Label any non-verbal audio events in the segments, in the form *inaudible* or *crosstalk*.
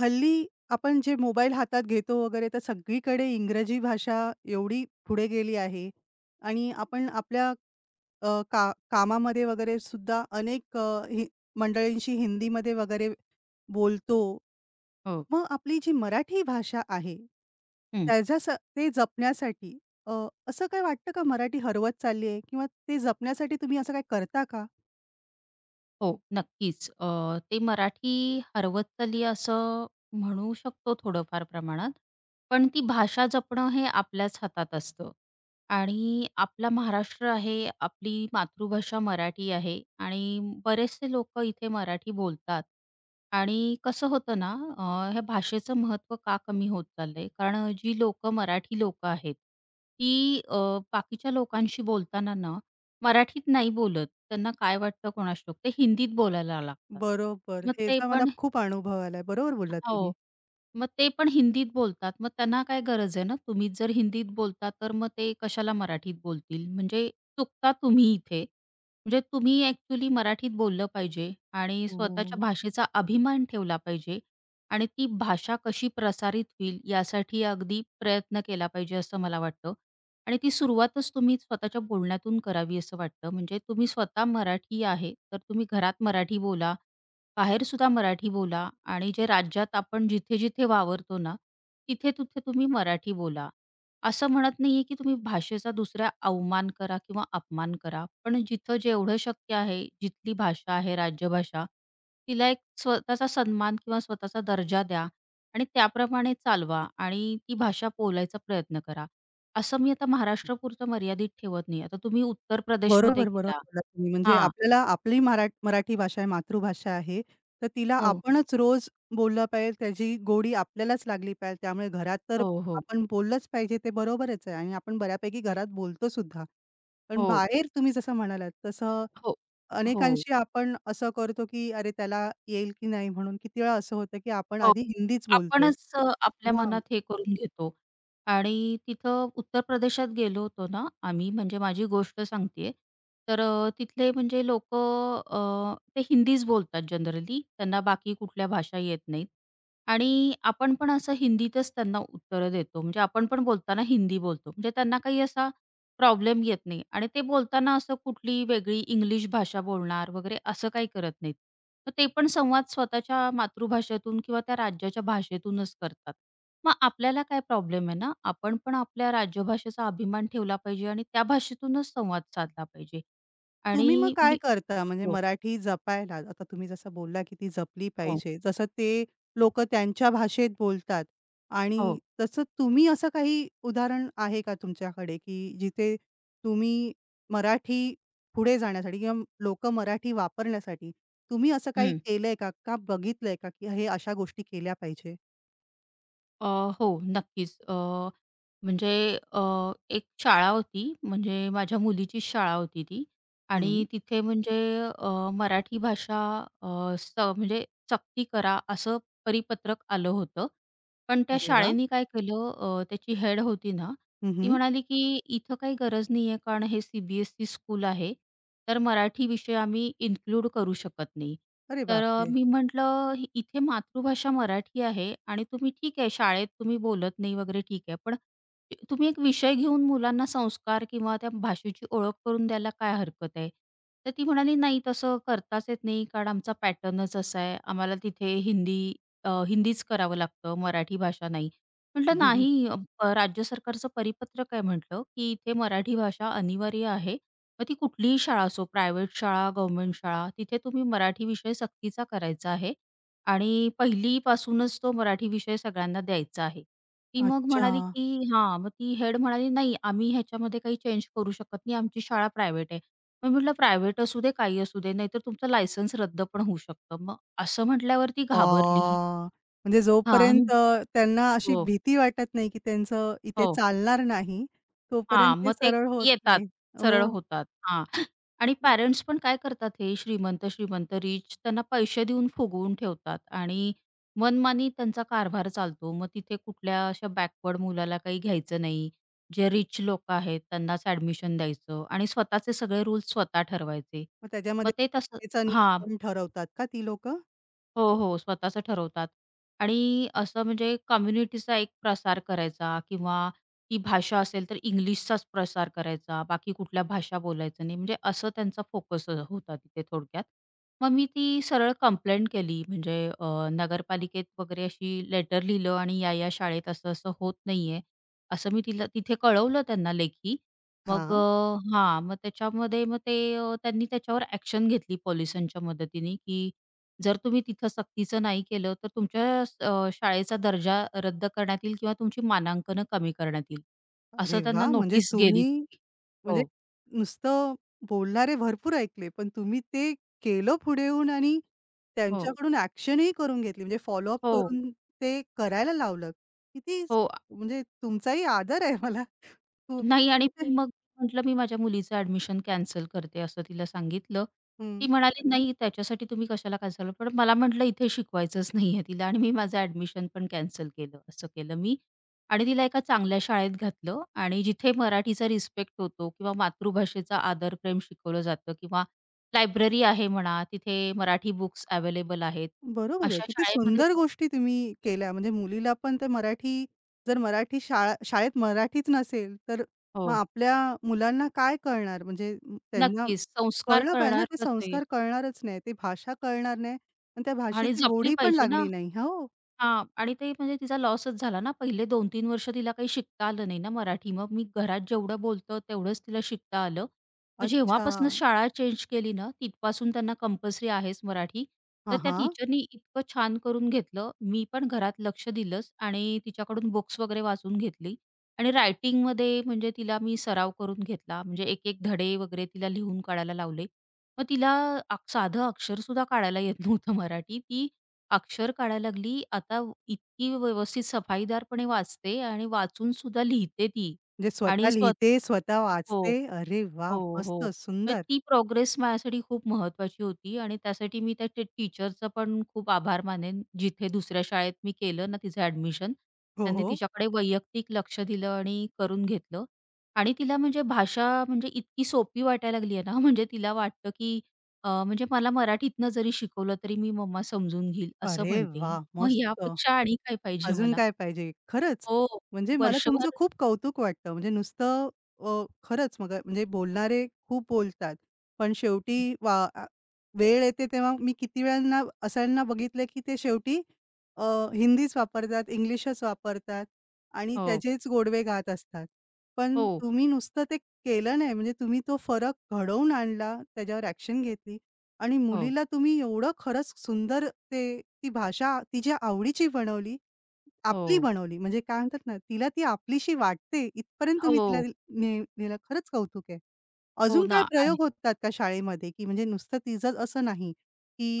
हल्ली आपण जे मोबाईल हातात घेतो वगैरे तर सगळीकडे इंग्रजी भाषा एवढी पुढे गेली आहे आणि आपण आपल्या अ, का कामामध्ये वगैरे सुद्धा अनेक अ, हि मंडळींशी हिंदीमध्ये वगैरे बोलतो. हो. मग आपली जी मराठी भाषा आहे, हं. त्याच्या स ते जपण्यासाठी अ, असं काय वाटतं का मराठी हरवत चालली आहे किंवा ते जपण्यासाठी तुम्ही असं काय करता का? हो, नक्कीच. ते मराठी हरवत चालली असं म्हणू शकतो थोडंफार प्रमाणात. पण ती भाषा जपणं हे आपल्याच हातात असतं आणि आपला महाराष्ट्र आहे, आपली मातृभाषा मराठी आहे आणि बरेचसे लोकं इथे मराठी बोलतात. आणि कसं होतं ना, अ, ह्या भाषेचं महत्त्व का कमी होत चाललंय? कारण जी लोकं मराठी लोकं आहेत, ती अ, बाकीच्या लोकांशी बोलताना ना मराठीत नाही बोलत. त्यांना काय वाटतं कोणास ठाऊक. ते हिंदीत बोलायला लागतात. बरोबर. मग ते ह्याचा मला पण खूप अनुभव आलाय. बरोबर बोललात हो. तुम्ही. मग ते पण हिंदीत बोलतात. मग त्यांना काय गरज आहे ना, तुम्हीच जर हिंदीत बोलता, तर मग ते कशाला मराठीत बोलतील? म्हणजे चुकता तुम्ही इथे. म्हणजे तुम्ही ॲक्चुअली मराठीत बोललं पाहिजे आणि स्वतःच्या हो. भाषेचा अभिमान ठेवला पाहिजे आणि ती भाषा कशी प्रसारित होईल यासाठी अगदी प्रयत्न केला पाहिजे, असं मला वाटतं. आणि ती सुरुवातच तुम्ही स्वतःच्या बोलण्यातून करावी असं वाटतं. म्हणजे तुम्ही स्वतः मराठी आहे, तर तुम्ही घरात मराठी बोला. बाहेर सुद्धा मराठी बोला आणि जे राज्यात आपण जिथे-जिथे वावरतो ना, तिथे-तिथे तुम्ही मराठी बोला. असं म्हणत नाहीये, की तुम्ही भाषेचा दुसऱ्या अवमान करा किंवा अपमान करा. पण जिथं जेवढं शक्य आहे, जिथली भाषा आहे राजभाषा, तिला एक स्वतःचा सन्मान किंवा स्वतःचा दर्जा द्या आणि त्याप्रमाणे चालवा आणि ती भाषा बोलायचा प्रयत्न करा. असं मी आता महाराष्ट्रापुरतं मर्यादित ठेवत नाही. आता तुम्ही उत्तर बरोबर, प्रदेशमध्ये बरोबर गेला बोललात तुम्ही. म्हणजे हां. आपल्याला आपली मराठी भाषा आहे, मातृभाषा आहे, तर तिला हो. आपणच रोज बोललं पाहिजे, त्याची गोडी आपल्यालाच लागली पाहिजे. त्यामुळे घरात तर हो, हो. आपण बोललंच पाहिजे, ते बरोबरच आहे आणि आपण बऱ्यापैकी घरात बोलतो सुद्धा. पण हो, बाहेर तुम्ही जसं म्हणालात तसं हो. हो. अनेकांशी आपण असं करतो, की अरे त्याला येईल की नाही म्हणून किती वेळा असं होतं, की आपण हो, आधी हिंदीच बोलतो. आपणच आपल्या मनात हे करून घेतो आणि तिथं उत्तर प्रदेशात गेलो होतो ना आम्ही, म्हणजे माझी गोष्ट सांगते आहे. तर तिथले म्हणजे लोकं ते हिंदीच बोलतात जनरली. त्यांना बाकी कुठल्या भाषा येत नाहीत आणि आपण पण असं हिंदीतच त्यांना उत्तरं देतो. म्हणजे आपण पण बोलताना हिंदी बोलतो. म्हणजे त्यांना काही असा प्रॉब्लेम येत नाही आणि ते बोलताना असं कुठली वेगळी इंग्लिश भाषा बोलणार वगैरे असं काही करत नाहीत. मग ते पण संवाद स्वतःच्या मातृभाषेतून किंवा त्या राज्याच्या भाषेतूनच करतात. मग आपल्याला काय प्रॉब्लेम आहे ना, आपण पण आपल्या राजभाषेचा अभिमान ठेवला पाहिजे आणि त्या भाषेतूनच संवाद साधला पाहिजे. तुम्ही मग आणि काय मी करता? म्हणजे हो, मराठी जपायला आता तुम्ही जसं बोलला, की ती जपली हो, पाहिजे. जसं ते लोकं त्यांच्या भाषेत बोलतात आणि हो. तसं तुम्ही असं काही उदाहरण आहे का तुमच्याकडे, की जिथे तुम्ही मराठी पुढे जाण्यासाठी किंवा लोकं मराठी वापरण्यासाठी तुम्ही असं काही हं. केलंय का? का बघितलंय का, की हे अशा गोष्टी केल्या पाहिजे? अ, हो, नक्कीच. म्हणजे अ, एक शाळा होती, म्हणजे माझ्या मुलीचीच शाळा होती ती हं. आणि तिथे म्हणजे मराठी भाषा अ, स म्हणजे सक्ती करा, असं परिपत्रक आलं होतं. पण त्या अरे वाह! शाळेने काय केलं, त्याची हेड होती ना, हं, ती हं. म्हणाली, की "इथं काही गरज नाहीये, कारण हे सी-बी-एस-ई स्कूल आहे, तर मराठी विषय आम्ही इन्क्लूड करू शकत नाही." अरे तर बापरे! मी म्हटलं, "इथे मातृभाषा मराठी आहे आणि तुम्ही ठीक आहे, शाळेत तुम्ही बोलत नाही वगैरे ठीक आहे, पण तुम्ही एक विषय घेऊन मुलांना संस्कार किंवा त्या भाषेची ओळख करून द्यायला काय हरकत आहे?" तर ती म्हणाली, "नाही, तसं करताच येत नाही, कारण आमचा पॅटर्नच असा आहे. आम्हाला तिथे हिंदीच करावं लागतं, मराठी भाषा नाही." म्हटलं *laughs* नाही राज्य सरकारचं परिपत्रक आहे म्हटलं, की इथे मराठी भाषा अनिवार्य आहे. मग ती कुठलीही शाळा असो, प्रायव्हेट शाळा, गव्हर्नमेंट शाळा, तिथे तुम्ही मराठी विषय सक्तीचा करायचा आहे आणि पहिलीपासूनच तो मराठी विषय सगळ्यांना द्यायचा आहे. ती मग अच्छा. म्हणाली, की हां, मग ती हेड म्हणाली, "नाही, आम्ही ह्याच्यामध्ये काही चेंज करू शकत नाही. आमची शाळा प्रायव्हेट आहे." मग म्हटलं, "प्रायव्हेट असू दे, काही असू दे, नाहीतर तुमचं लायसन्स रद्द पण होऊ शकतं." मग असं म्हटल्यावरती अ, घाबरली. म्हणजे हां, जोपर्यंत त्यांना अशी हो, भीती वाटत नाही, की त्यांचं इथे हो. चालणार नाही, तोपर्यंत हां, ते मग ते सरळ होत येतात, नाही. सरळ हो. होतात. हां. आणि मग पॅरेंट्स पण काय करतात हे श्रीमंत, श्रीमंत, रिच त्यांना पैसे देऊन फुगवून ठेवतात आणि मनमानी त्यांचा कारभार चालतो. मग तिथे कुठल्या अशा बॅकवर्ड मुलाला काही घ्यायचं नाही. जे रिच लोकं आहेत त्यांनाच ॲडमिशन द्यायचं आणि स्वतःचे सगळे रूल्स स्वतः ठरवायचे. मग मग त्याच्यामध्ये ते तसं त्याचा हां. नियम पण ठरवतात का ती लोकं? हो, हो. स्वतःचं ठरवतात आणि असं म्हणजे कम्युनिटीचा एक प्रसार करायचा किंवा ती भाषा असेल तर इंग्लिशचाच प्रसार करायचा, बाकी कुठल्या भाषा बोलायचं नाही. म्हणजे असं त्यांचा फोकस होता तिथे थोडक्यात. मग मी ती सरळ कंप्लेंट केली म्हणजे नगरपालिकेत वगैरे अशी लेटर लिहिलं आणि या-या शाळेत असं-असं होत नाहीये. असं मी तिला तिथे कळवलं त्यांना लेखी. मग हां. हां, मग त्याच्यामध्ये मग ते त्यांनी त्याच्यावर ॲक्शन घेतली पोलिसांच्या मदतीने, की जर तुम्ही तिथं सक्तीचं नाही केलं, तर तुमच्या शाळेचा दर्जा रद्द करण्यात येईल किंवा तुमची मानांकनं कमी करण्यात येईल. असं अरे त्यांना वाह! नोटीस गेली तिथे. म्हणजे हो. नुसतं बोलणारे भरपूर ऐकले, पण तुम्ही ते केलं पुढे येऊन आणि हो. त्यांच्याकडून ॲक्शनही करून घेतली. म्हणजे फॉलोअप हो, करून ते करायला लावलं. किती हो. म्हणजे तुमचाही आदर आहे मला खूप. नाही आणि म्हणजे, मी हं. मग म्हटलं, "मी माझ्या मुलीचं ॲडमिशन कॅन्सल करते," असं तिला सांगितलं. ती हं. म्हणाली, "नाही, त्याच्यासाठी तुम्ही कशाला कॅन्सल" पण मला म्हटलं, "इथे शिकवायचंच नाहीये तिला" आणि मी माझं ॲडमिशन पण कॅन्सल केलं. असं केलं मी आणि तिला एका चांगल्या शाळेत घातलं आणि जिथे मराठीचा रिस्पेक्ट होतो किंवा मातृभाषेचा आदर, प्रेम शिकवलं जातं किंवा लायब्ररी आहे म्हणा, तिथे मराठी बुक्स अवेलेबल आहेत. बरोबर आहे. अशा किती शाळेमध्ये सुंदर तिचं गोष्टी तुम्ही केल्या. म्हणजे मुलीला पण ते मराठी जर मराठी शाळेत मराठीच नसेल, तर मग हो, आपल्या मुलांना काय कळणार? म्हणजे त्यांना नक्कीच संस्कार कळलं पाहिजे ना, करणार ते कसे संस्कार कळणारच नाही. ती भाषा कळणार नाही आणि त्या आणि भाषेची जपली गोडी पण पाहिजे ना. लागली नाही. हो. हां. आणि ते म्हणजे तिचा लॉसच झाला ना. पहिले 2-3 वर्ष तिला काही शिकता आलं नाही ना मराठी. मग मी घरात जेवढं बोलतो तेवढंच तिला शिकता आलं. मग अच्छा. जेव्हापासून शाळा चेंज केली ना, तिथपासून त्यांना कंपल्सरी आहेच मराठी. तर हां, त्या हां. टीचरनी इतकं छान करून घेतलं. मी पण घरात लक्ष दिलंच आणि तिच्याकडून बुक्स वगैरे वाचून घेतली आणि रायटिंगमध्ये म्हणजे तिला मी सराव करून घेतला. म्हणजे एक-एक धडे वगैरे तिला लिहून काढायला लावले. मग तिला साधं अक्षरसुद्धा काढायला येत नव्हतं मराठी. ती अक्षर काढायला लागली. आता इतकी व्यवस्थित सफाईदारपणे वाचते आणि वाचून सुद्धा लिहिते ती म्हणजे स्वतः आणि लिहिते, स्वतः स्वतः हो. वाचते. अरे वाह! हो, मस्त हो. तर सुंदर. ती प्रोग्रेस माझ्यासाठी खूप महत्वाची होती आणि त्यासाठी मी त्या टीचरचा पण खूप आभार मानेन. जिथे दुसऱ्या शाळेत मी केलं ना तिचं ॲडमिशन, हो, त्यांनी हो. तिच्याकडे वैयक्तिक लक्ष दिलं आणि करून घेतलं आणि तिला म्हणजे भाषा म्हणजे इतकी सोपी वाटायला लागली आहे ना, म्हणजे तिला वाटतं, की म्हणजे मला मराठीतनं जरी शिकवलं तरी मी मम्मा समजून घेईल असं अरे म्हणते. वाह! मग मस्त. यापेक्षा आणि काय पाहिजे अजून मला? काय पाहिजे? खरंच. हो, म्हणजे मला तुमचं वर्षभर खूप कौतुक वाटतं. म्हणजे नुसतं खरंच मग म्हणजे बोलणारे खूप बोलतात. पण हो, शेवटी वा आ वेळ येते तेव्हा मी किती वेळांना असांना बघितलं, की ते शेवटी अ, हिंदीच वापरतात, इंग्लिशच वापरतात आणि हो, त्याचेच गोडवे गात असतात. पण तुम्ही नुसतं ते केलं नाही म्हणजे तुम्ही तो फरक घडवून आणला, त्याच्यावर ॲक्शन घेतली आणि हो, मुलीला तुम्ही एवढं खरंच सुंदर ते ती भाषा तिच्या आवडीची बनवली. आपली हो. बनवली. म्हणजे काय म्हणतात ना, तिला ती आपलीशी वाटते इथपर्यंत तुम्ही तिला हो, दिल- ने नेलं. खरंच कौतुक आहे. हो अजून काय ना. प्रयोग होतात का शाळेमध्ये, की म्हणजे नुसतं तिचंच असं नाही,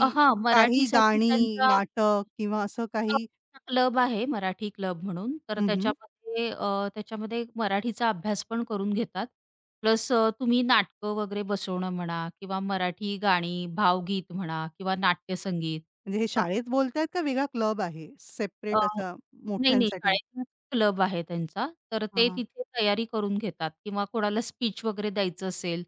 हां, काही मराठीसाठी गाणी, त्यांचा नाटक किंवा असं काही क्लब आहे मराठी क्लब म्हणून. तर हं, हं. त्याच्यामध्ये मराठीचा अभ्यास पण करून घेतात. प्लस तुम्ही नाटकं वगैरे बसवणं म्हणा किंवा मराठी गाणी, भावगीत म्हणा किंवा नाट्यसंगीत. म्हणजे हे मग शाळेत बोलतायत का वेगळा क्लब आहे अ सेपरेट असा नाही, नाही. मोठ्यांसाठी? शाळेतलाच क्लब आहे त्यांचा. तर हां, ते हां. तिथे तयारी करून घेतात किंवा कोणाला स्पीच वगैरे द्यायचं असेल,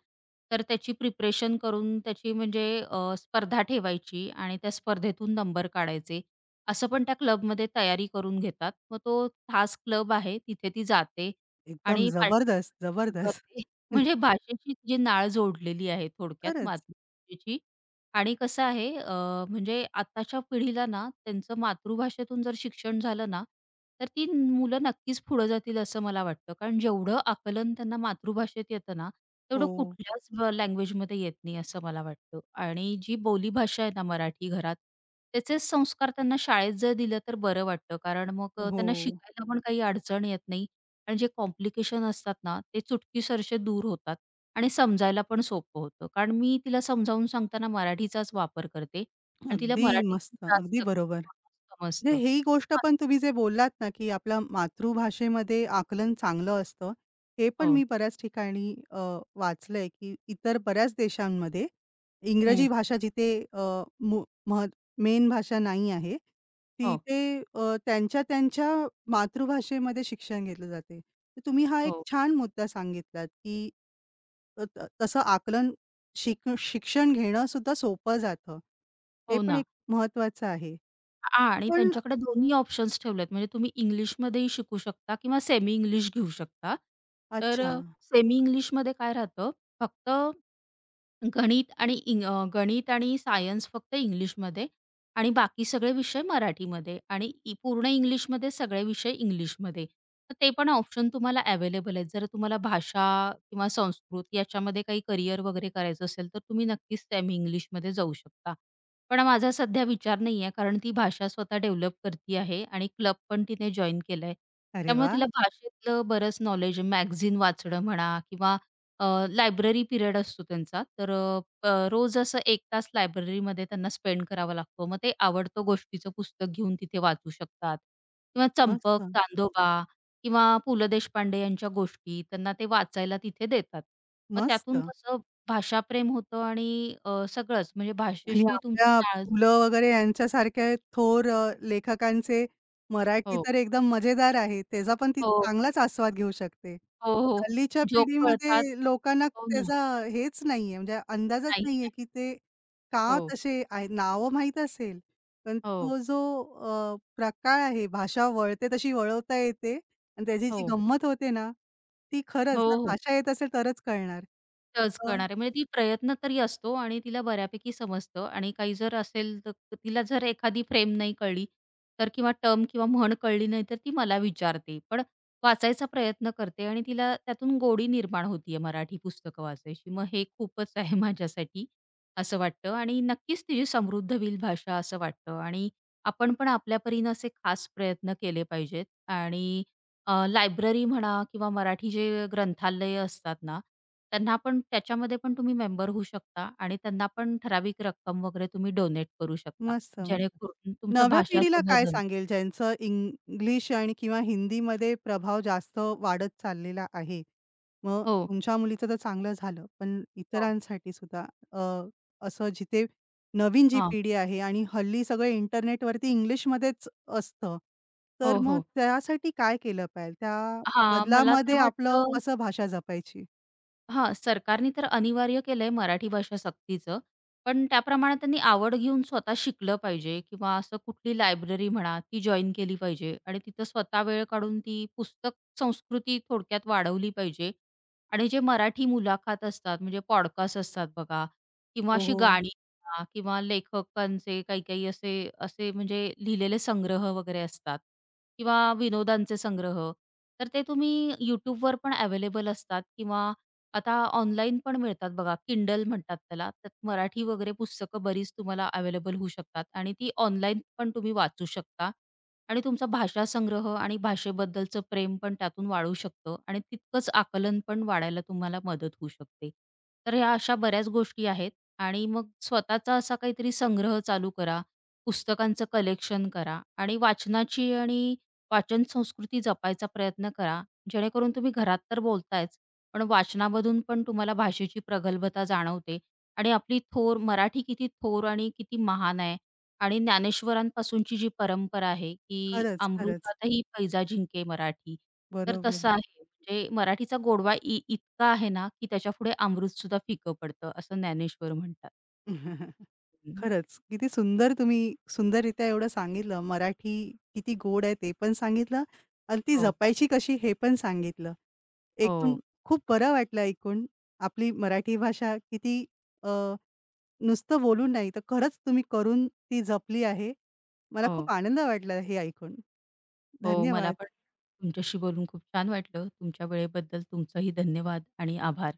तर त्याची प्रिपरेशन करून त्याची म्हणजे स्पर्धा ठेवायची आणि त्या स्पर्धेतून नंबर काढायचे. असं पण त्या क्लबमध्ये तयारी करून घेतात. मग तो खास क्लब आहे तिथे ती जाते एकदम आणि जबरदस्त, पार्टिसिपेट जबरदस्त. करते. म्हणजे *laughs* भाषेची जी नाळ जोडलेली आहे थोडक्यात खरंच. मातृभाषेची आणि कसं आहे म्हणजे आत्ताच्या पिढीला ना त्यांचं मातृभाषेतून जर शिक्षण झालं ना, तर ती मुलं नक्कीच पुढे जातील असं मला वाटतं. कारण जेवढं आकलन त्यांना मातृभाषेत येतं ना, तेवढं हो, कुठल्याच लँग्वेजमध्ये येत नाही असं मला वाटतं. आणि जी बोलीभाषा आहे ना मराठी घरात, त्याचे संस्कार त्यांना शाळेत जर दिलं तर बरं वाटतं. कारण मग हो. त्यांना शिकायला पण काही अडचण येत नाही आणि जे कॉम्प्लिकेशन असतात ना, ते चुटकीसरसे दूर होतात. आणि समजायला पण सोपं होतं. कारण मी तिला समजावून सांगताना मराठीचाच वापर करते आणि तिला अगदी मस्त. मराठीतून अगदी जास्त बरोबर. म्हणजे समजतं. ही गोष्ट असं पण तुम्ही जे बोललात ना, की आपल्या मातृभाषेमध्ये आकलन चांगलं असतं. हे पण हो. मी बऱ्याच ठिकाणी वाचलंय, की इतर बऱ्याच देशांमध्ये हं. इंग्रजी भाषा जिथे अ, मु मह मेन भाषा नाही आहे, हो, तिथे त्यांच्या त्यांच्या मातृभाषेमध्ये शिक्षण घेतलं जाते. तर तुम्ही हा एक हो. छान मुद्दा सांगितलात, की अ, त तसं आकलन शिक्षण घेणं सुद्धा सोपं जातं. हे हो पण ना. एक महत्वाचं आहे. हां आणि पण त्यांच्याकडे दोन्ही ऑप्शन्स ठेवलेत म्हणजे तुम्ही इंग्लिशमध्येही शिकू शकता किंवा सेमी इंग्लिश घेऊ शकता. तर अच्छा. सेमी इंग्लिशमध्ये काय राहतं फक्त गणित आणि सायन्स फक्त इंग्लिशमध्ये आणि बाकी सगळे विषय मराठीमध्ये आणि पूर्ण इंग्लिशमध्ये सगळे विषय इंग्लिशमध्ये. तर ते पण ऑप्शन तुम्हाला अवेलेबल आहेत. जर तुम्हाला भाषा किंवा संस्कृत याच्यामध्ये काही करियर वगैरे करायचं असेल, तर तुम्ही नक्कीच सेमी इंग्लिशमध्ये जाऊ शकता. पण माझा सध्या विचार नाही आहे, कारण ती भाषा स्वतः डेव्हलप करती आहे आणि क्लब पण तिने जॉइन केलाय. अरे त्यामुळे वाह! तिला भाषेतलं बरंच नॉलेज मॅगझीन वाचणं म्हणा किंवा लायब्ररी पिरियड असतो त्यांचा. तर अ, अ, रोज असं एक तास लायब्ररीमध्ये त्यांना स्पेंड करावा लागतो. मग ते आवडतं गोष्टीचं पुस्तक घेऊन तिथे वाचू शकतात किंवा मस्त, चंपक, चांदोबा किंवा पु. ल. देशपांडे यांच्या गोष्टी त्यांना ते वाचायला तिथे देतात. मग मस्त. त्यातून कसं भाषाप्रेम होतं आणि सगळंच म्हणजे आणि भाषेशी तुमची आपल्या नाळ पु. ल. वगैरे यांच्यासारख्या थोर लेखकांचे मराठी हो, तर एकदम मजेदार आहे. त्याचा पण ती हो, चांगलाच आस्वाद घेऊ शकते. हो, हो. हल्लीच्या जोक पिढीमध्ये कळतात. लोकांना हो ना. त्याचा हेच नाहीये, म्हणजे अंदाजच नाही, नाहीये, नाही. की ते का हो, तसे आहेत. नावं माहीत असेल, पण हो, तो जो प्रकार आहे, भाषा वळते तशी वळवता येते आणि त्याची जी हो. गंमत होते ना, ती खरंच हो, जर हो. भाषा येत असेल तरच कळणार. टच अ करणार आहे. म्हणजे ती प्रयत्न तरी असतो आणि तिला बऱ्यापैकी समजतं आणि काही जर असेल तर तिला जर एखादी फ्रेम नाही कळली तर किंवा टर्म किंवा म्हण कळली नाही तर ती मला विचारते. पण वाचायचा प्रयत्न करते आणि तिला त्यातून गोडी निर्माण होतीये मराठी पुस्तकं वाचायची. मग हे खूपच आहे माझ्यासाठी असं वाटतं आणि नक्कीच तिची समृद्ध होईल भाषा असं वाटतं आणि आपण पण आपल्या परीनं असे खास प्रयत्न केले पाहिजेत आणि लायब्ररी म्हणा किंवा मराठी जे ग्रंथालय असतात ना, त्यांना पण त्याच्यामध्ये पण तुम्ही मेंबर होऊ शकता आणि त्यांना पण ठराविक रक्कम वगैरे तुम्ही डोनेट करू शकता. मस्त, मस्त. जेणेकरून तुमच्या नव्या भाषा पिढीला काय संवर्धन सांगेल ज्यांचं इंग्लिश आणि किंवा हिंदीमध्ये प्रभाव जास्त वाढत चाललेला आहे? मग हो. तुमच्या मुलीचं तर चांगलं झालं, पण हो. इतरांसाठी सुद्धा अ, असं जिथे नवीन जी हां. पिढी आहे आणि हल्ली सगळं इंटरनेटवरती इंग्लिशमध्येच असतं. तर हो, मग हो. त्यासाठी काय केलं पाहिजे? त्या हां, मला तर बदलामध्ये आपलं वाटतं कसं भाषा जपायची? हां, सरकारने तर अनिवार्य केलंय मराठी भाषा सक्तीचं. पण त्याप्रमाणे त्यांनी आवड घेऊन स्वतः शिकलं पाहिजे किंवा असं कुठली लायब्ररी म्हणा, ती जॉइन केली पाहिजे आणि तिथं स्वतः वेळ काढून ती पुस्तक संस्कृती थोडक्यात वाढवली पाहिजे. आणि जे मराठी मुलाखत असतात, म्हणजे पॉडकास्ट असतात बघा किंवा हो, अशी हो. गाणी म्हणा किंवा लेखकांचे काही-काही असे असे म्हणजे लिहिलेले संग्रह वगैरे असतात किंवा विनोदांचे संग्रह. तर ते तुम्ही YouTubeवर पण अवेलेबल असतात किंवा आता ऑनलाईन पण मिळतात बघा, Kindle म्हणतात त्याला. त्यात मराठी वगैरे पुस्तकं बरीच तुम्हाला अवेलेबल होऊ शकतात आणि ती ऑनलाईन पण तुम्ही वाचू शकता आणि तुमचा भाषा संग्रह आणि भाषेबद्दलचं प्रेम पण त्यातून वाढू शकतं आणि तितकंच आकलन पण वाढायला तुम्हाला मदत होऊ शकते. तर ह्या अशा बऱ्याच गोष्टी आहेत आणि मग स्वतःचा असा काहीतरी संग्रह चालू करा, पुस्तकांचं कलेक्शन करा आणि वाचनाची आणि वाचन संस्कृती जपायचा प्रयत्न करा. जेणेकरून तुम्ही घरात तर बोलतायच, पण वाचनामधून पण तुम्हाला भाषेची प्रगल्भता जाणवते आणि आपली थोर मराठी किती थोर आणि किती महान आहे आणि ज्ञानेश्वरांपासूनची जी परंपरा आहे की खरंच, खरंच. अमृतातही पैजा जिंके मराठी. तर बरोबर. तसं आहे. म्हणजे मराठीचा गोडवा इतका आहे ना, की त्याच्यापुढे अमृत सुद्धा फिकं पडतं, असं ज्ञानेश्वर म्हणतात. *laughs* हं. खरंच. किती सुंदर तुम्ही सुंदररित्या एवढं सांगितलं. मराठी किती गोड आहे ते पण सांगितलं आणि ती हो, जपायची कशी हे पण सांगितलं. एकूण हो, खूप बरं वाटलं ऐकून. आपली मराठी भाषा किती अ, नुसतं बोलून नाही तर खरंच तुम्ही करून ती जपली आहे. मला हो, खूप आनंद वाटला हे ऐकून. हो. मला धन्यवाद. पण तुमच्याशी बोलून खूप छान वाटलं. तुमच्या वेळेबद्दल तुमचंही धन्यवाद आणि आभार.